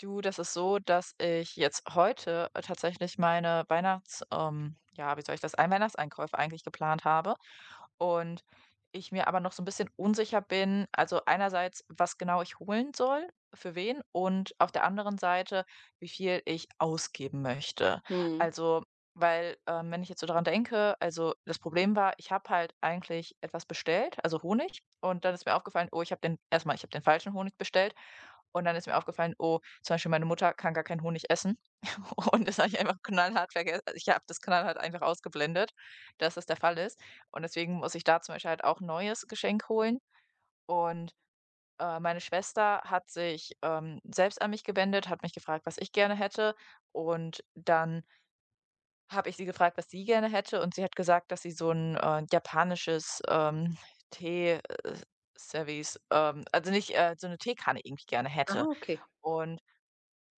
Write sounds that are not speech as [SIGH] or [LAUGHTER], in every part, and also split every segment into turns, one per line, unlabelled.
Du, das ist so, dass ich jetzt heute tatsächlich meine Weihnachts, ja, wie soll ich das, ein Weihnachtseinkäufe eigentlich geplant habe. Und ich mir aber noch so ein bisschen unsicher bin, also einerseits, was genau ich holen soll, für wen, und auf der anderen Seite, wie viel ich ausgeben möchte.
Mhm.
Also, weil, wenn ich jetzt so daran denke, also das Problem war, ich habe halt eigentlich etwas bestellt, also Honig, und dann ist mir aufgefallen, oh, erstmal, ich habe den falschen Honig bestellt. Und dann ist mir aufgefallen, oh, zum Beispiel meine Mutter kann gar keinen Honig essen. [LAUGHS] Und das habe ich einfach knallhart vergessen. Also ich habe das knallhart einfach ausgeblendet, dass das der Fall ist. Und deswegen muss ich da zum Beispiel halt auch 'n neues Geschenk holen. Und, meine Schwester hat sich, selbst an mich gewendet, hat mich gefragt, was ich gerne hätte. Und dann habe ich sie gefragt, was sie gerne hätte. Und sie hat gesagt, dass sie so ein japanisches, Tee, Service also nicht, so eine Teekanne irgendwie gerne
Ah,
hätte.
okay.
Und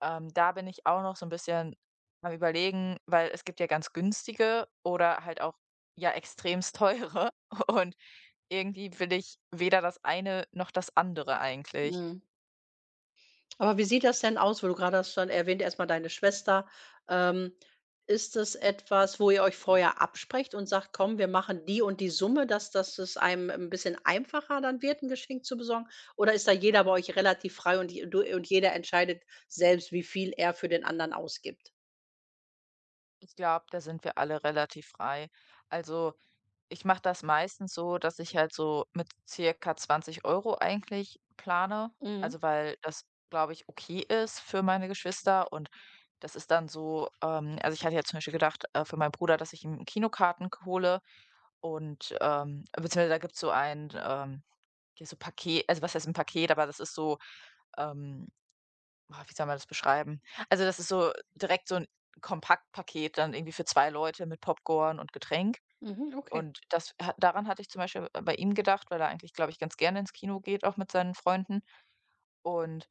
da bin ich auch noch so ein bisschen am Überlegen, weil es gibt ja ganz günstige oder halt auch, ja, extremst teure [LAUGHS] und irgendwie will ich weder das eine noch das andere eigentlich.
Mhm. Aber wie sieht das denn aus, wo du gerade hast schon erwähnt, erstmal deine Schwester. Ähm, Ist das etwas, wo ihr euch vorher absprecht und sagt: „Komm, wir machen die und die Summe", dass es einem ein bisschen einfacher dann wird, ein Geschenk zu besorgen? Oder ist da jeder bei euch relativ frei und je du und jeder entscheidet selbst, wie viel er für den anderen ausgibt?
Ich glaube, da sind wir alle relativ frei. Also, ich mache das meistens so, dass ich halt so mit circa 20 € eigentlich plane,
Mhm,
also, weil das, glaube ich, okay ist für meine Geschwister. Und das ist dann so also, ich hatte jetzt zum Beispiel gedacht, für meinen Bruder, dass ich ihm Kinokarten hole. Und, beziehungsweise da gibt's so ein, ja, so Paket, also, was heißt ein Paket, aber das ist so, ähm wie soll man das beschreiben? Also, das ist so direkt so ein Kompaktpaket dann irgendwie für 2 Leute mit Popcorn und Getränk.
mhm, okay.
Und das ha daran hatte ich zum Beispiel bei ihm gedacht, weil er eigentlich, glaube ich, ganz gerne ins Kino geht, auch mit seinen Freunden. Und,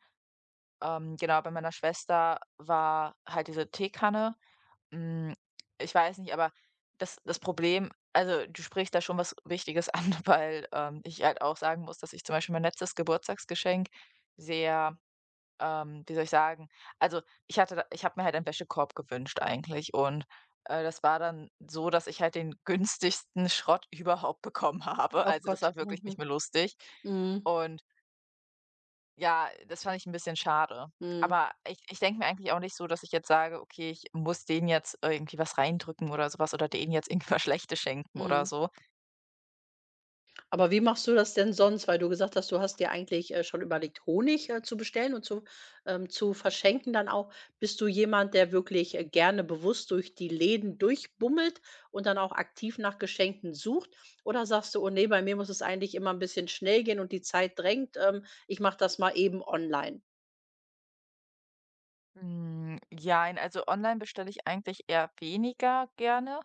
genau, bei meiner Schwester war halt diese Teekanne. hm, Ich weiß nicht, aber das Problem, also, du sprichst da schon was Wichtiges [LAUGHS] an, weil, ich halt auch sagen muss, dass ich zum Beispiel mein letztes Geburtstagsgeschenk sehr, wie soll ich sagen, also, ich hatte da ich habe mir halt einen Wäschekorb gewünscht eigentlich. Und, das war dann so, dass ich halt den günstigsten Schrott [LAUGHS] überhaupt bekommen habe.
Ach
Also, das
Gott.
war wirklich nicht
Mhm.
mehr lustig
Mhm.
und ja, das fand ich ein bisschen schade.
Mhm.
Aber ich denke mir eigentlich auch nicht so, dass ich jetzt sage: „Okay, ich muss denen jetzt irgendwie was reindrücken oder sowas oder denen jetzt irgendwas [LAUGHS] Schlechtes schenken oder
Mhm.
so.“
Aber wie machst du das denn sonst? Weil du gesagt hast, du hast dir eigentlich, schon überlegt, Honig, zu bestellen und zu verschenken dann auch. Bist du jemand, der wirklich, gerne bewusst durch die Läden durchbummelt und dann auch aktiv nach Geschenken sucht? Oder sagst du: „Oh nee, bei mir muss es eigentlich immer ein bisschen schnell gehen und die Zeit drängt. Ich mache das mal eben online?"
Hm, jein, also online bestelle ich eigentlich eher weniger gerne,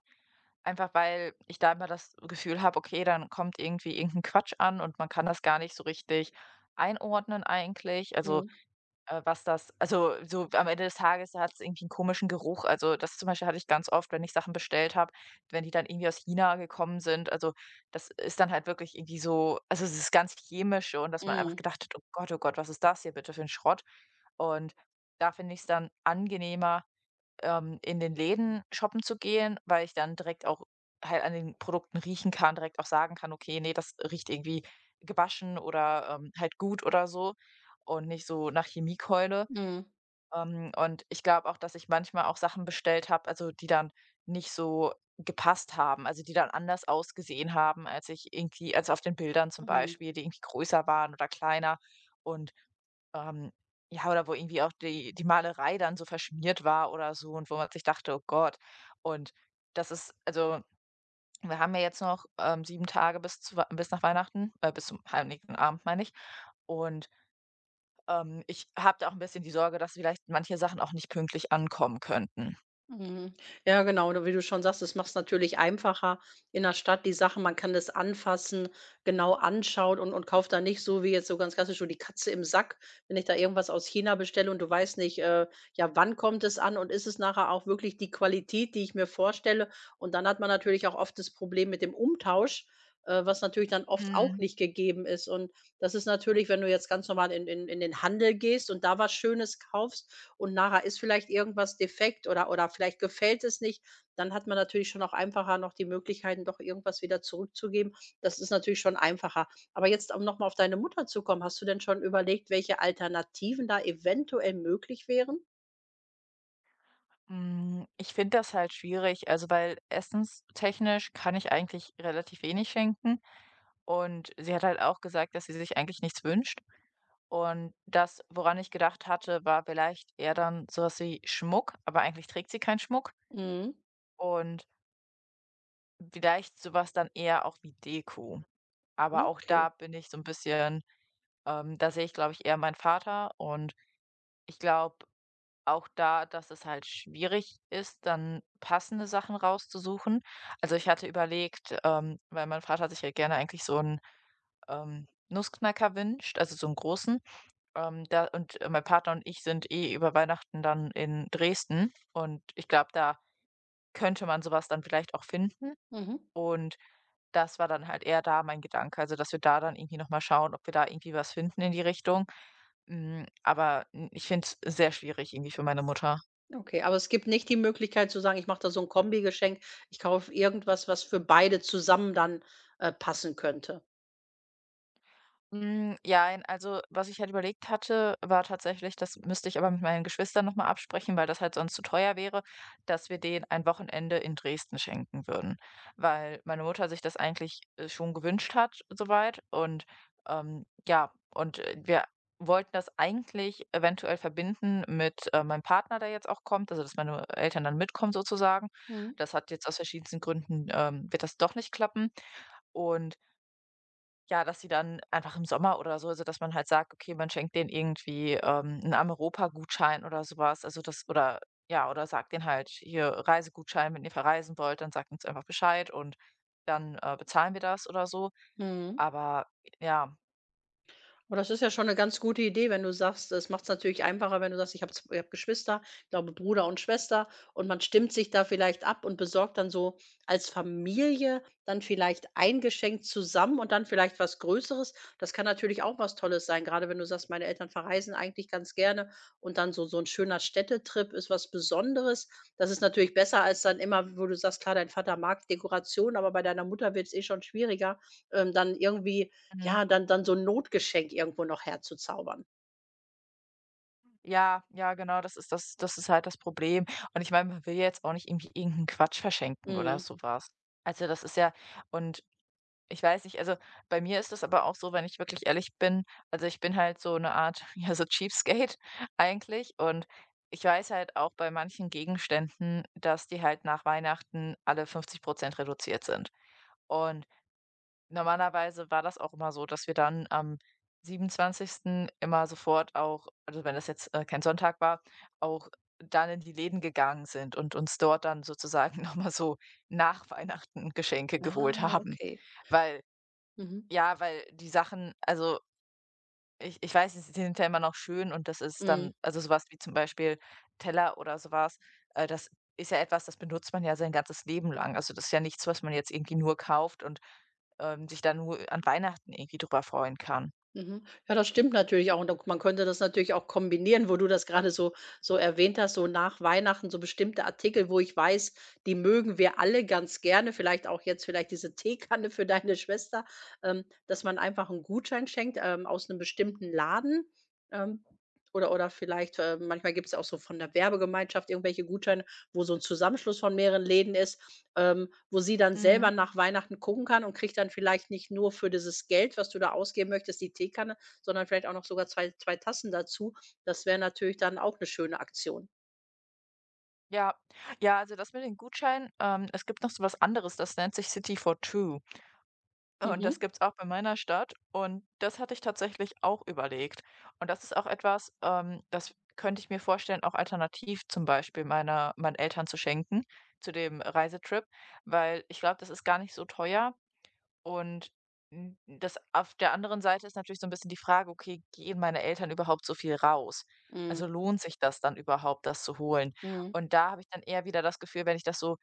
einfach weil ich da immer das Gefühl habe, okay, dann kommt irgendwie irgendein Quatsch an und man kann das gar nicht so richtig einordnen eigentlich. Also,
Mhm.
Was das, also, so am Ende des Tages hat es irgendwie einen komischen Geruch. Also, das zum Beispiel hatte ich ganz oft, wenn ich Sachen bestellt habe, wenn die dann irgendwie aus China gekommen sind. Also, das ist dann halt wirklich irgendwie so, also, es ist ganz chemisch und dass man einfach
Mhm.
gedacht hat: „Oh Gott, oh Gott, was ist das hier bitte für ein Schrott?“ Und da finde ich's dann angenehmer, in den Läden shoppen zu gehen, weil ich dann direkt auch halt an den Produkten riechen kann, direkt auch sagen kann: „Okay, nee, das riecht irgendwie gewaschen oder, halt gut“ oder so und nicht so nach Chemiekeule.
Mhm.
Und ich glaube auch, dass ich manchmal auch Sachen bestellt habe, also die dann nicht so gepasst haben, also die dann anders ausgesehen haben, als ich irgendwie, als auf den Bildern zum
Mhm.
Beispiel, die irgendwie größer waren oder kleiner. Und ähm, ja, oder wo irgendwie auch die Malerei dann so verschmiert war oder so und wo man sich dachte, oh Gott. Und das ist, also wir haben ja jetzt noch 7 Tage bis nach Weihnachten, bis zum Heiligen Abend, meine ich. Und ich habe da auch ein bisschen die Sorge, dass vielleicht manche Sachen auch nicht pünktlich ankommen könnten.
Mhm. Ja, genau, oder wie du schon sagst, es macht's natürlich einfacher in der Stadt die Sachen. Man kann das anfassen, genau anschaut und kauft da nicht so wie jetzt so ganz klassisch so die Katze im Sack, wenn ich da irgendwas aus China bestelle und du weißt nicht, ja, wann kommt es an und ist es nachher auch wirklich die Qualität, die ich mir vorstelle? Und dann hat man natürlich auch oft das Problem mit dem Umtausch, was natürlich dann oft auch
Mhm.
nicht gegeben ist. Und das ist natürlich, wenn du jetzt ganz normal in den Handel gehst und da was Schönes kaufst, und nachher ist vielleicht irgendwas defekt oder vielleicht gefällt es nicht, dann hat man natürlich schon auch einfacher noch die Möglichkeiten, doch irgendwas wieder zurückzugeben. Das ist natürlich schon einfacher. Aber jetzt, um noch mal auf deine Mutter zu kommen, hast du denn schon überlegt, welche Alternativen da eventuell möglich wären?
Hm, ich finde das halt schwierig, also, weil essenstechnisch kann ich eigentlich relativ wenig schenken und sie hat halt auch gesagt, dass sie sich eigentlich nichts wünscht, und das, woran ich gedacht hatte, war vielleicht eher dann so was wie Schmuck, aber eigentlich trägt sie keinen Schmuck
Mhm.
und vielleicht sowas dann eher auch wie Deko. Aber auch
Okay.
da bin ich so ein bisschen, da sehe ich, glaube ich, eher meinen Vater und ich glaube auch da, dass es halt schwierig ist, dann passende Sachen rauszusuchen. Also, ich hatte überlegt, weil mein Vater sich ja gerne eigentlich so einen, Nussknacker wünscht, also so einen großen. Da und mein Partner und ich sind eh über Weihnachten dann in Dresden und ich glaube, da könnte man sowas dann vielleicht auch finden.
Mhm.
Und das war dann halt eher da mein Gedanke, also, dass wir da dann irgendwie noch mal schauen, ob wir da irgendwie was finden in die Richtung. Aber ich finde es sehr schwierig irgendwie für meine Mutter.
Okay, aber es gibt nicht die Möglichkeit zu sagen: „Ich mache da so 'n Kombigeschenk. Ich kaufe irgendwas, was für beide zusammen dann, passen könnte."
Ja, jein, also was ich halt überlegt hatte, war tatsächlich, das müsste ich aber mit meinen Geschwistern noch mal absprechen, weil das halt sonst zu teuer wäre, dass wir denen ein Wochenende in Dresden schenken würden. Weil meine Mutter sich das eigentlich, schon gewünscht hat soweit und, ja, und, wir wollten das eigentlich eventuell verbinden mit, meinem Partner, der jetzt auch kommt, also dass meine Eltern dann mitkommen sozusagen.
Mhm.
Das hat jetzt aus verschiedensten Gründen, wird das doch nicht klappen, und ja, dass sie dann einfach im Sommer oder so, also, dass man halt sagt, okay, man schenkt denen irgendwie, 'n Ameropa-Gutschein oder sowas. Also, das, oder ja, oder sagt denen halt: „Hier, Reisegutschein, wenn ihr verreisen wollt, dann sagt uns einfach Bescheid und dann, bezahlen wir das“ oder so.
Mhm.
Aber ja,
Aber das ist ja schon eine ganz gute Idee, wenn du sagst, es macht es natürlich einfacher, wenn du sagst: „Ich habe Geschwister, ich glaube Bruder und Schwester" und man stimmt sich da vielleicht ab und besorgt dann so als Familie dann vielleicht ein Geschenk zusammen und dann vielleicht was Größeres. Das kann natürlich auch was Tolles sein, gerade wenn du sagst: „Meine Eltern verreisen eigentlich ganz gerne" und dann so ein schöner Städtetrip ist was Besonderes. Das ist natürlich besser als dann immer, wo du sagst, klar, dein Vater mag Dekoration, aber bei deiner Mutter wird es eh schon schwieriger, dann irgendwie
mhm.
ja, dann so 'n Notgeschenk irgendwo noch herzuzaubern.
Ja, ja, genau, das ist das, das ist halt das Problem. Und ich meine, man will jetzt auch nicht irgendwie irgendeinen Quatsch verschenken oder
Mhm.
sowas. Also, das ist ja. Und ich weiß nicht, also, bei mir ist das aber auch so, wenn ich wirklich ehrlich bin, also, ich bin halt so eine Art, [LAUGHS] ja, so Cheapskate [LAUGHS] eigentlich. Und ich weiß halt auch bei manchen Gegenständen, dass die halt nach Weihnachten alle 50 reduziert sind. Und normalerweise war das auch immer so, dass wir dann am 27. immer sofort auch, also, wenn das jetzt, kein Sonntag war, auch dann in die Läden gegangen sind und uns dort dann sozusagen [LAUGHS] noch mal so nach Weihnachten Geschenke
Ah,
geholt haben.
okay.
Weil
Mhm.
ja, weil die Sachen, also, ich weiß, sie sind ja immer noch schön und das ist
Mhm,
dann, also, sowas wie zum Beispiel Teller oder sowas. Das ist ja etwas, das benutzt man ja sein ganzes Leben lang. Also, das ist ja nichts, was man jetzt irgendwie nur kauft und, sich dann nur an Weihnachten irgendwie drüber freuen kann.
mhm. Ja, das stimmt natürlich auch, und da man könnte das natürlich auch kombinieren, wo du das gerade so erwähnt hast, so nach Weihnachten so bestimmte Artikel, wo ich weiß, die mögen wir alle ganz gerne, vielleicht auch jetzt vielleicht diese Teekanne für deine Schwester, dass man einfach einen Gutschein schenkt, aus einem bestimmten Laden, ähm, oder vielleicht, manchmal gibt es auch so von der Werbegemeinschaft irgendwelche Gutscheine, wo so 'n Zusammenschluss von mehreren Läden ist, wo sie dann selber
Mhm.
nach Weihnachten gucken kann und kriegt dann vielleicht nicht nur für dieses Geld, was du da ausgeben möchtest, die Teekanne, sondern vielleicht auch noch sogar zwei Tassen dazu. Das wäre natürlich dann auch 'ne schöne Aktion.
Ja. Ja, also, das mit den Gutscheinen, es gibt noch so was anderes, das nennt sich City for Two. Und das
Mhm.
gibt's auch bei meiner Stadt und das hatte ich tatsächlich auch überlegt. Und das ist auch etwas, das könnte ich mir vorstellen, auch alternativ zum Beispiel meiner meinen Eltern zu schenken, zu dem Reisetrip, weil ich glaube, das ist gar nicht so teuer, und n das auf der anderen Seite ist natürlich so ein bisschen die Frage: „Okay, gehen meine Eltern überhaupt so viel raus?
Mhm.
Also, lohnt sich das dann überhaupt, das zu holen?“
Mhm.
Und da habe ich dann eher wieder das Gefühl, wenn ich das so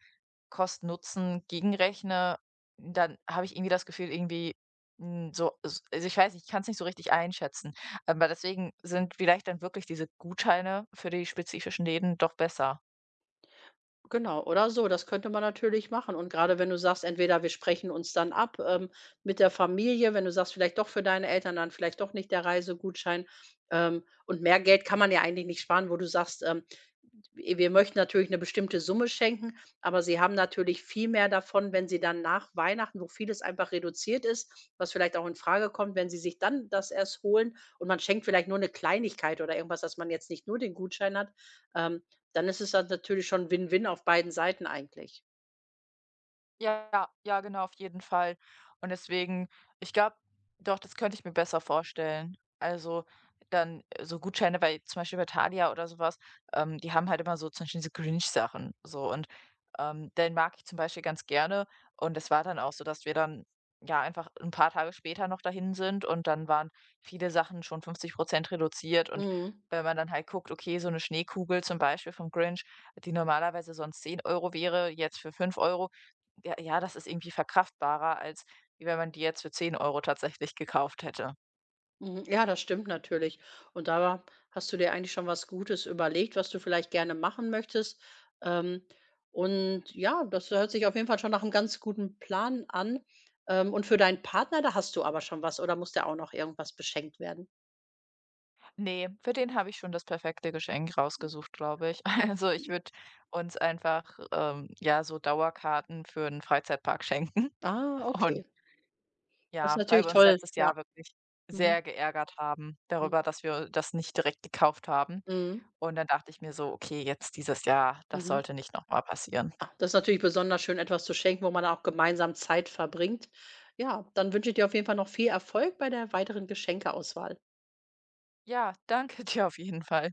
Kosten-Nutzen gegenrechne, dann habe ich irgendwie das Gefühl, irgendwie, hm, so s also, ich weiß nicht, ich kann es nicht so richtig einschätzen. Aber deswegen sind vielleicht dann wirklich diese Gutscheine für die spezifischen Läden doch besser.
Genau, oder so, das könnte man natürlich machen. Und gerade wenn du sagst, entweder wir sprechen uns dann ab, mit der Familie, wenn du sagst, vielleicht doch für deine Eltern, dann vielleicht doch nicht der Reisegutschein. Und mehr Geld kann man ja eigentlich nicht sparen, wo du sagst, w wir möchten natürlich eine bestimmte Summe schenken, aber sie haben natürlich viel mehr davon, wenn sie dann nach Weihnachten, wo vieles einfach reduziert ist, was vielleicht auch in Frage kommt, wenn sie sich dann das erst holen und man schenkt vielleicht nur eine Kleinigkeit oder irgendwas, dass man jetzt nicht nur den Gutschein hat. Ähm, Dann ist es dann natürlich schon Win-Win auf beiden Seiten eigentlich.
Ja, ja, genau, auf jeden Fall. Und deswegen, ich glaube, doch, das könnte ich mir besser vorstellen. Also dann, so Gutscheine, weil zum Beispiel bei Thalia oder sowas, die haben halt immer so zum Beispiel diese Grinch-Sachen so, und, den mag ich zum Beispiel ganz gerne und es war dann auch so, dass wir dann, ja, einfach ein paar Tage später noch dahin sind und dann waren viele Sachen schon 50 reduziert. Und
Mhm.
wenn man dann halt guckt, okay, so eine Schneekugel zum Beispiel vom Grinch, die normalerweise sonst 10 € wäre, jetzt für 5 €, ja, ja, das ist irgendwie verkraftbarer, als wie wenn man die jetzt für 10 € tatsächlich gekauft hätte.
Mhm. Ja, das stimmt natürlich. Und da hast du dir eigentlich schon was Gutes überlegt, was du vielleicht gerne machen möchtest. Ähm, und ja, das hört sich auf jeden Fall schon nach einem ganz guten Plan an. Und für deinen Partner, da hast du aber schon was oder muss der auch noch irgendwas beschenkt werden?
Ne, für den habe ich schon das perfekte Geschenk rausgesucht, glaube ich. [LAUGHS] Also, ich würde uns einfach, ja, so Dauerkarten für einen Freizeitpark schenken
Ah,
[LAUGHS] und
okay. Das ist
ja, weil
natürlich
wir uns
toll.
letztes
Ja.
Jahr wirklich
Mhm.
sehr geärgert haben
Mhm.
darüber, dass wir das nicht direkt gekauft haben.
Mhm.
Und dann dachte ich mir so: „Okay, jetzt dieses Jahr, das
Mhm.
sollte nicht noch mal passieren.“
Ah, das ist natürlich besonders schön, etwas zu schenken, wo man auch gemeinsam Zeit verbringt. Ja, dann wünsche ich dir auf jeden Fall noch viel Erfolg bei der weiteren Geschenkeauswahl.
Ja, danke [LAUGHS] dir auf jeden Fall.